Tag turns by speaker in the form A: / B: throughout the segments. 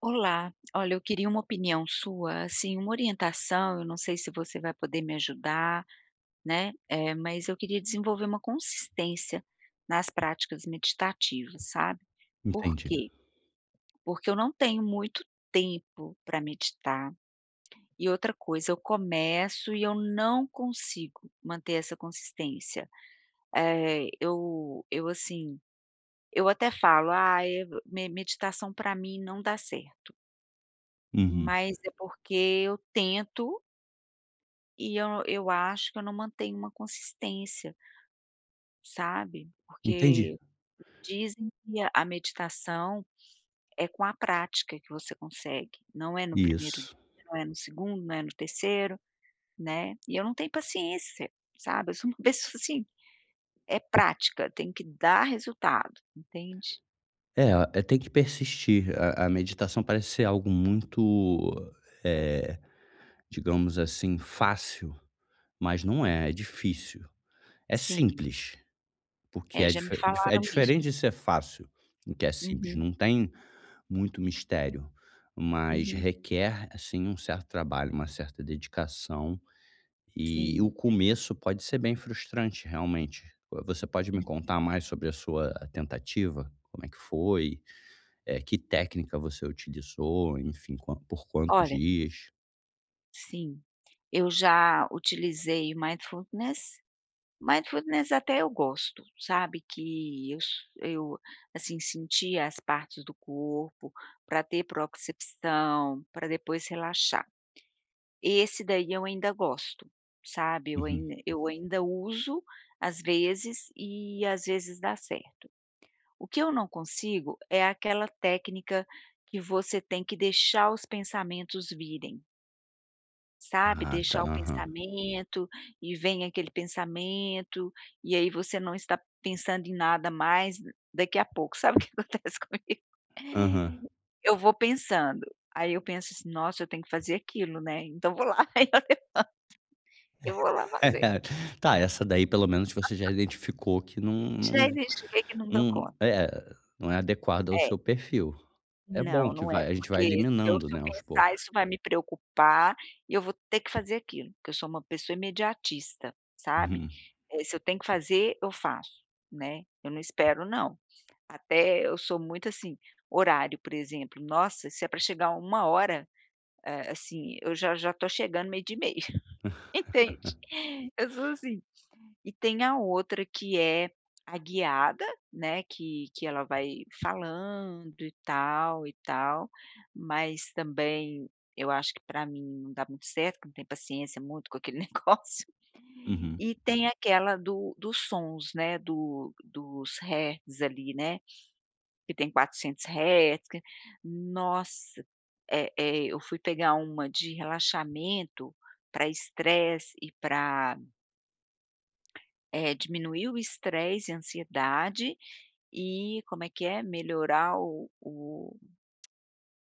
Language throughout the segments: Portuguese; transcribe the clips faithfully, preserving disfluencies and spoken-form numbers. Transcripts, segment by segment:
A: Olá, olha, eu queria uma opinião sua, assim, uma orientação, eu não sei se você vai poder me ajudar, né? Eh, mas eu queria desenvolver uma consistência nas práticas meditativas, sabe? Por
B: Entendi.
A: quê? Porque eu não tenho muito tempo para meditar. E outra coisa, eu começo e eu não consigo manter essa consistência. Eh, eu, eu assim, eu até falo, ah, é, me- meditação para mim não dá certo.
B: Uhum.
A: Mas é porque eu tento e eu eu acho que eu não mantenho uma consistência, sabe.
B: Entendi.
A: Porque dizem que a a meditação é com a prática que você consegue, não é no primeiro, dia,
B: Isso.
A: não é no segundo, não é no terceiro, né. E eu não tenho paciência, sabe. Eu sou uma pessoa assim, é prática, tem que dar resultado, entende.
B: É, a é tem que persistir. A a meditação parece ser algo muito, eh, digamos assim, fácil, mas não é, é difícil. É
A: Sim,
B: simples, porque
A: é,
B: é
A: já me
B: dife dife é
A: falaram isso.
B: diferente de ser fácil. O que é simples
A: Uhum,
B: não tem muito mistério, mas
A: uhum,
B: requer, assim, um certo trabalho, uma certa dedicação. E o
A: sim.
B: começo pode ser bem frustrante, realmente. Você pode me contar mais sobre a sua tentativa? Como é que foi? Eh, que técnica você utilizou? Enfim, quan por quantos
A: Olha,
B: dias?
A: sim, eu já utilizei mindfulness. Mindfulness até eu gosto, sabe, que eu s eu, assim, sentia as partes do corpo para ter propriocepção, para depois relaxar. Esse daí eu ainda gosto, sabe, eu
B: Uhum.
A: ainda eu ainda uso às vezes e às vezes dá certo. O que eu não consigo é aquela técnica que você tem que deixar os pensamentos virem. Sabe,
B: Ah, tá.
A: deixar o Hum.
B: Aham.
A: Pensamento, e vem aquele pensamento, e aí você não está pensando em nada mais, daqui a pouco, sabe o que acontece comigo?
B: Aham.
A: Eu vou pensando, aí eu penso assim: "Nossa, eu tenho que fazer aquilo, né, então vou lá", eu vou lá fazer.
B: É. Tá, essa daí pelo menos você já identificou que não não
A: Gente, cheguei que não dou
B: não
A: conta.
B: é, não é adequada ao
A: É.
B: seu perfil. É bom
A: Não,
B: que
A: não é,
B: vai a gente vai
A: porque se eu
B: eliminando,
A: se eu
B: né, aos
A: pensar isso
B: poucos.
A: vai me preocupar e eu vou ter que fazer aquilo, porque eu sou uma pessoa imediatista, sabe.
B: Uhum.
A: Eh, se eu tenho que fazer, eu faço, né, eu não espero não. Até eu sou muito assim, horário, por exemplo, nossa, se é para chegar uma hora, eh, assim, eu já já tô chegando meio-dia e meia, entende. Eu sou assim. E tem a outra que é a guiada, né, que que ela vai falando e tal e tal, mas também eu acho que para mim não dá muito certo, que não tem paciência muito com aquele negócio.
B: Uhum.
A: E tem aquela do dos sons, né, do dos hertz ali, né, que tem quatrocentos hertz que nossa, é eh, eu fui pegar uma de relaxamento para estresse e para é, diminuir o estresse e ansiedade e como é que é? Melhorar o o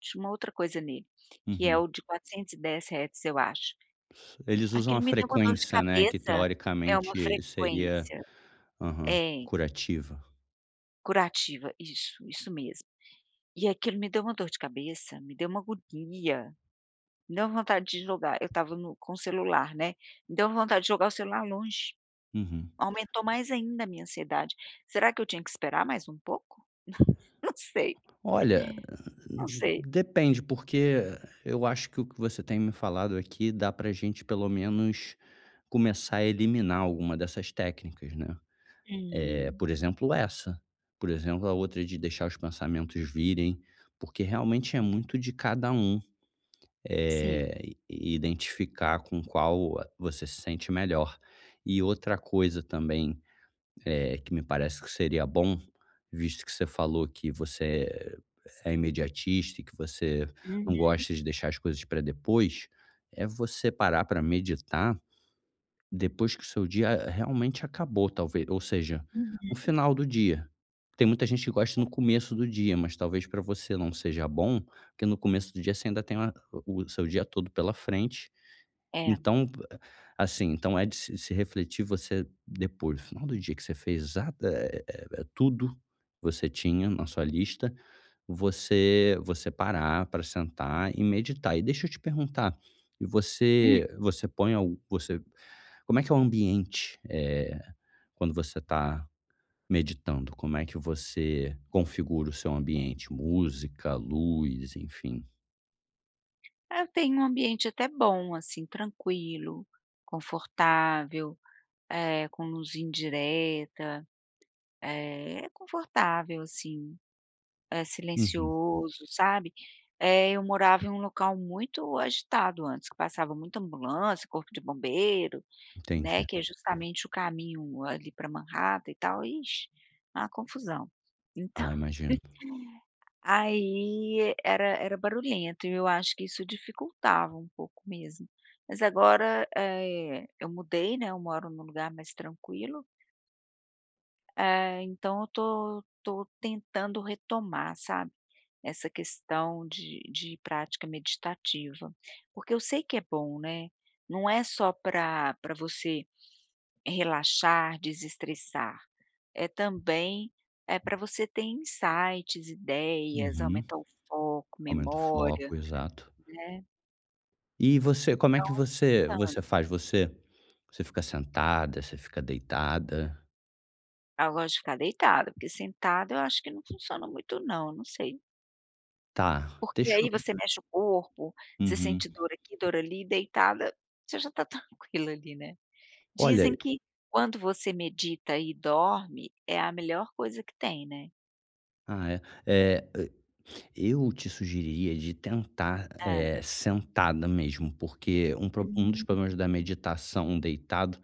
A: tinha uma outra coisa nele, que é
B: Uhum.
A: o de quatrocentos e dez Hz eu acho.
B: Eles usam a
A: Aquilo me deu uma dor de
B: frequência, né, que
A: cabeça. É uma
B: teoricamente seria,
A: frequência.
B: aham,
A: É,
B: curativa.
A: curativa, isso, isso mesmo. E aquilo me deu uma dor de cabeça, me deu uma agonia, me deu vontade de jogar eu estava no com o celular, né, me deu vontade de jogar o celular longe.
B: Uhum.
A: Aumentou mais ainda a minha ansiedade. Será que eu tinha que esperar mais um pouco? Não sei.
B: Olha,
A: Não sei.
B: depende, porque eu acho que o que você tem me falado aqui dá pra gente pelo menos começar a eliminar alguma dessas técnicas, né. É,
A: Hum,
B: por exemplo, essa, por exemplo, a outra de deixar os pensamentos virem, porque realmente é muito de cada um.
A: sim.
B: Eh, e identificar com qual você se sente melhor. E outra coisa também, eh, que me parece que seria bom, visto que você falou que você é imediatista e que você
A: Uhum,
B: não gosta de deixar as coisas para depois, é você parar para meditar depois que o seu dia realmente acabou, talvez, ou seja,
A: uhum.
B: no final do dia. Tem muita gente que gosta no começo do dia, mas talvez para você não seja bom, porque no começo do dia você ainda tem a o seu dia todo pela frente.
A: É.
B: Então, assim, então é de se se refletir você depois, no final do dia, que você fez exata eh eh, tudo que você tinha na sua lista, você você parar para sentar e meditar. E deixa eu te perguntar, e
A: Hum.
B: você você põe algu você como é que é o ambiente, eh, quando você está meditando? Como é que você configura o seu ambiente? Música, luz, enfim.
A: Eu tenho um ambiente até bom, assim, tranquilo, confortável, eh, com luz indireta. Eh, é confortável, assim, é
B: Uhum,
A: silencioso, sabe. Eh, eu morava em um local muito agitado antes, que passava muita ambulância, corpo de bombeiro, né,
B: entendi.
A: que é justamente o caminho ali para Manhattan e tal, ixi, uma confusão. Então,
B: Ah, imagino.
A: aí era era barulhento e eu acho que isso dificultava um pouco mesmo. Mas agora, eh, eu mudei, né, eu moro num lugar mais tranquilo, eh, então eu tô tô tentando retomar, sabe, essa questão de de prática meditativa, porque eu sei que é bom, né, não é só para para você relaxar, desestressar. É também, é para você ter insights, ideias,
B: Uhum.
A: aumentar o foco,
B: Aumenta o
A: memória,
B: foco, exato.
A: né.
B: E você, como é
A: Então
B: que
A: eu tô
B: você
A: tentando.
B: você faz? Você você fica sentada, você fica deitada?
A: Ah, eu gosto de ficar deitada, porque sentada eu acho que não funciona muito não, não sei.
B: Tá,
A: Porque
B: deixa
A: aí
B: eu,
A: você mexe o corpo, você sente
B: uhum.
A: dor aqui, dor ali, deitada você já está tranquila ali, né.
B: Olha,
A: Dizem que quando você medita e dorme, é a melhor coisa que tem, né.
B: ah, é. Eh Eu te sugeriria de tentar,
A: É.
B: eh, sentada mesmo, porque um pro um dos
A: Hum.
B: problemas da meditação deitado,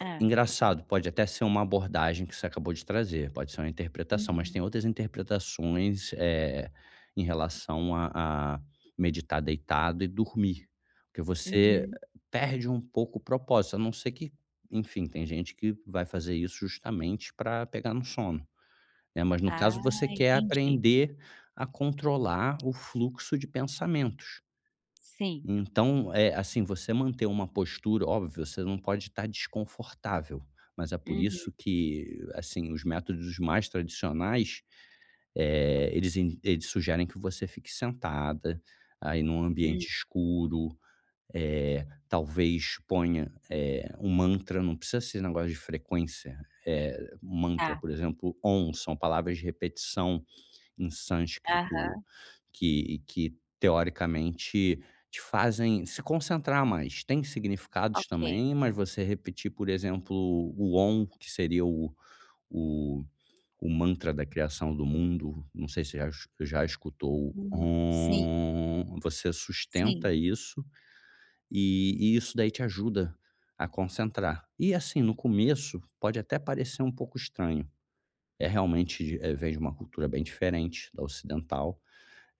A: É.
B: engraçado, pode até ser uma abordagem que você acabou de trazer, pode ser uma interpretação, mas
A: Uhum.
B: tem outras interpretações, eh, em relação a a meditar deitado e dormir, porque você
A: Uhum.
B: perde um pouco o propósito, a não ser que, enfim, tem gente que vai fazer isso justamente para pegar no sono, né. Mas no
A: Ah,
B: caso você quer
A: entendi.
B: aprender a controlar o fluxo de pensamentos.
A: Sim.
B: Então, eh, assim, você manter uma postura, óbvio, você não pode estar desconfortável, mas é por
A: Uhum,
B: isso que, assim, os métodos mais tradicionais, eh, eles in eles sugerem que você fique sentada, aí num ambiente
A: hum,
B: escuro, eh, talvez ponha, eh, um mantra, não precisa ser negócio de frequência. Eh, mantra,
A: tá.
B: por exemplo, "Om", são palavras de repetição em
A: Aham,
B: sânscrito que que teoricamente te fazem se concentrar mais. Tem significados
A: ok.
B: também, mas você repetir, por exemplo, o Om, que seria o o o mantra da criação do mundo, não sei se já es já escutou o
A: Hum, sim,
B: Om. Você
A: sim.
B: sustenta isso e e isso daí te ajuda a concentrar. E assim, no começo pode até parecer um pouco estranho, é realmente de, eh, vem de uma cultura bem diferente da ocidental.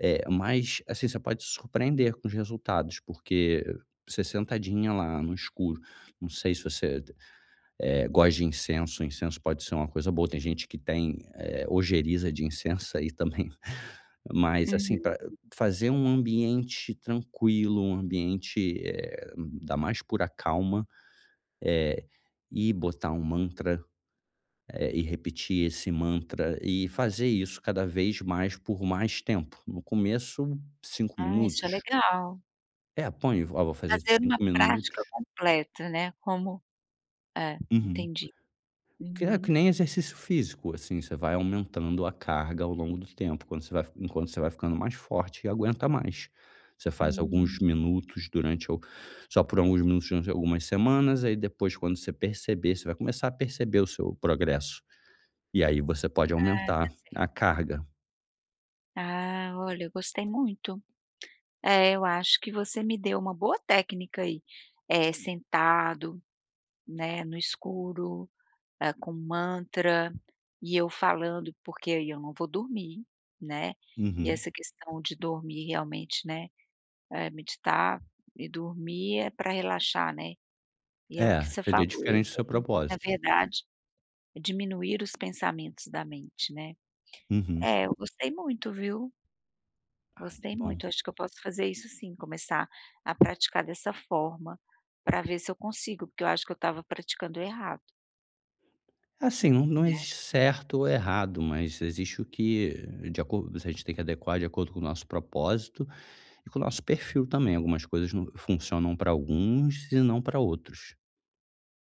B: É, mas, assim, você pode se surpreender com os resultados, porque você sentadinha lá no escuro, não sei se você, eh, gosta de incenso. Incenso pode ser uma coisa boa, tem gente que tem, eh, ojeriza de incenso aí também. Mas, assim,
A: Uhum.
B: para fazer um ambiente tranquilo, um ambiente, eh, da mais pura calma, eh, e botar um mantra, eh, e repetir esse mantra e fazer isso cada vez mais por mais tempo. No começo, cinco
A: Ah, isso é
B: minutos.
A: legal.
B: É, põe, ó, vou fazer
A: Fazer uma
B: cinco
A: prática
B: minutos.
A: completa, né, como é,
B: Uhum.
A: entendi.
B: Que é que
A: Uhum.
B: nem exercício físico, assim, você vai aumentando a carga ao longo do tempo, quando você vai enquanto você vai ficando mais forte e aguenta mais. Você faz alguns
A: Hum.
B: minutos durante o só por alguns minutos durante algumas semanas, aí depois quando você perceber, você vai começar a perceber o seu progresso. E aí você pode
A: Ah,
B: aumentar
A: tá
B: a
A: certo.
B: carga.
A: Ah, olha, eu gostei muito. É, eu acho que você me deu uma boa técnica aí. É sentado, né, no escuro eh, com mantra, e eu falando, porque aí eu não vou dormir, né. E
B: Uhum.
A: essa questão de dormir realmente, né, eh, meditar e dormir é para relaxar, né. E é o que
B: É,
A: você
B: seria
A: falou, eu
B: diferente do seu
A: tenho na
B: propósito.
A: verdade, diminuir os pensamentos da mente, né.
B: Uhum.
A: É, eu gostei muito, viu.
B: Ah, que
A: Gostei
B: bom.
A: muito, acho que eu posso fazer isso sim, começar a praticar dessa forma, para ver se eu consigo, porque eu acho que eu estava praticando errado,
B: Assim, não não
A: né.
B: existe certo ou errado, mas existe o que, de acordo, a gente tem que adequar de acordo com o nosso propósito e com o nosso perfil também. Algumas coisas não funcionam para alguns e não para outros.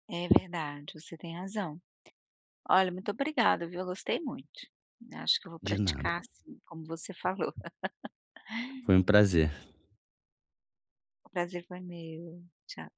A: É verdade, você tem razão. Olha, muito obrigada, viu? Eu gostei muito. Acho que eu vou
B: De nada.
A: praticar assim, como você falou.
B: Foi um prazer.
A: O prazer foi meu. Tchau.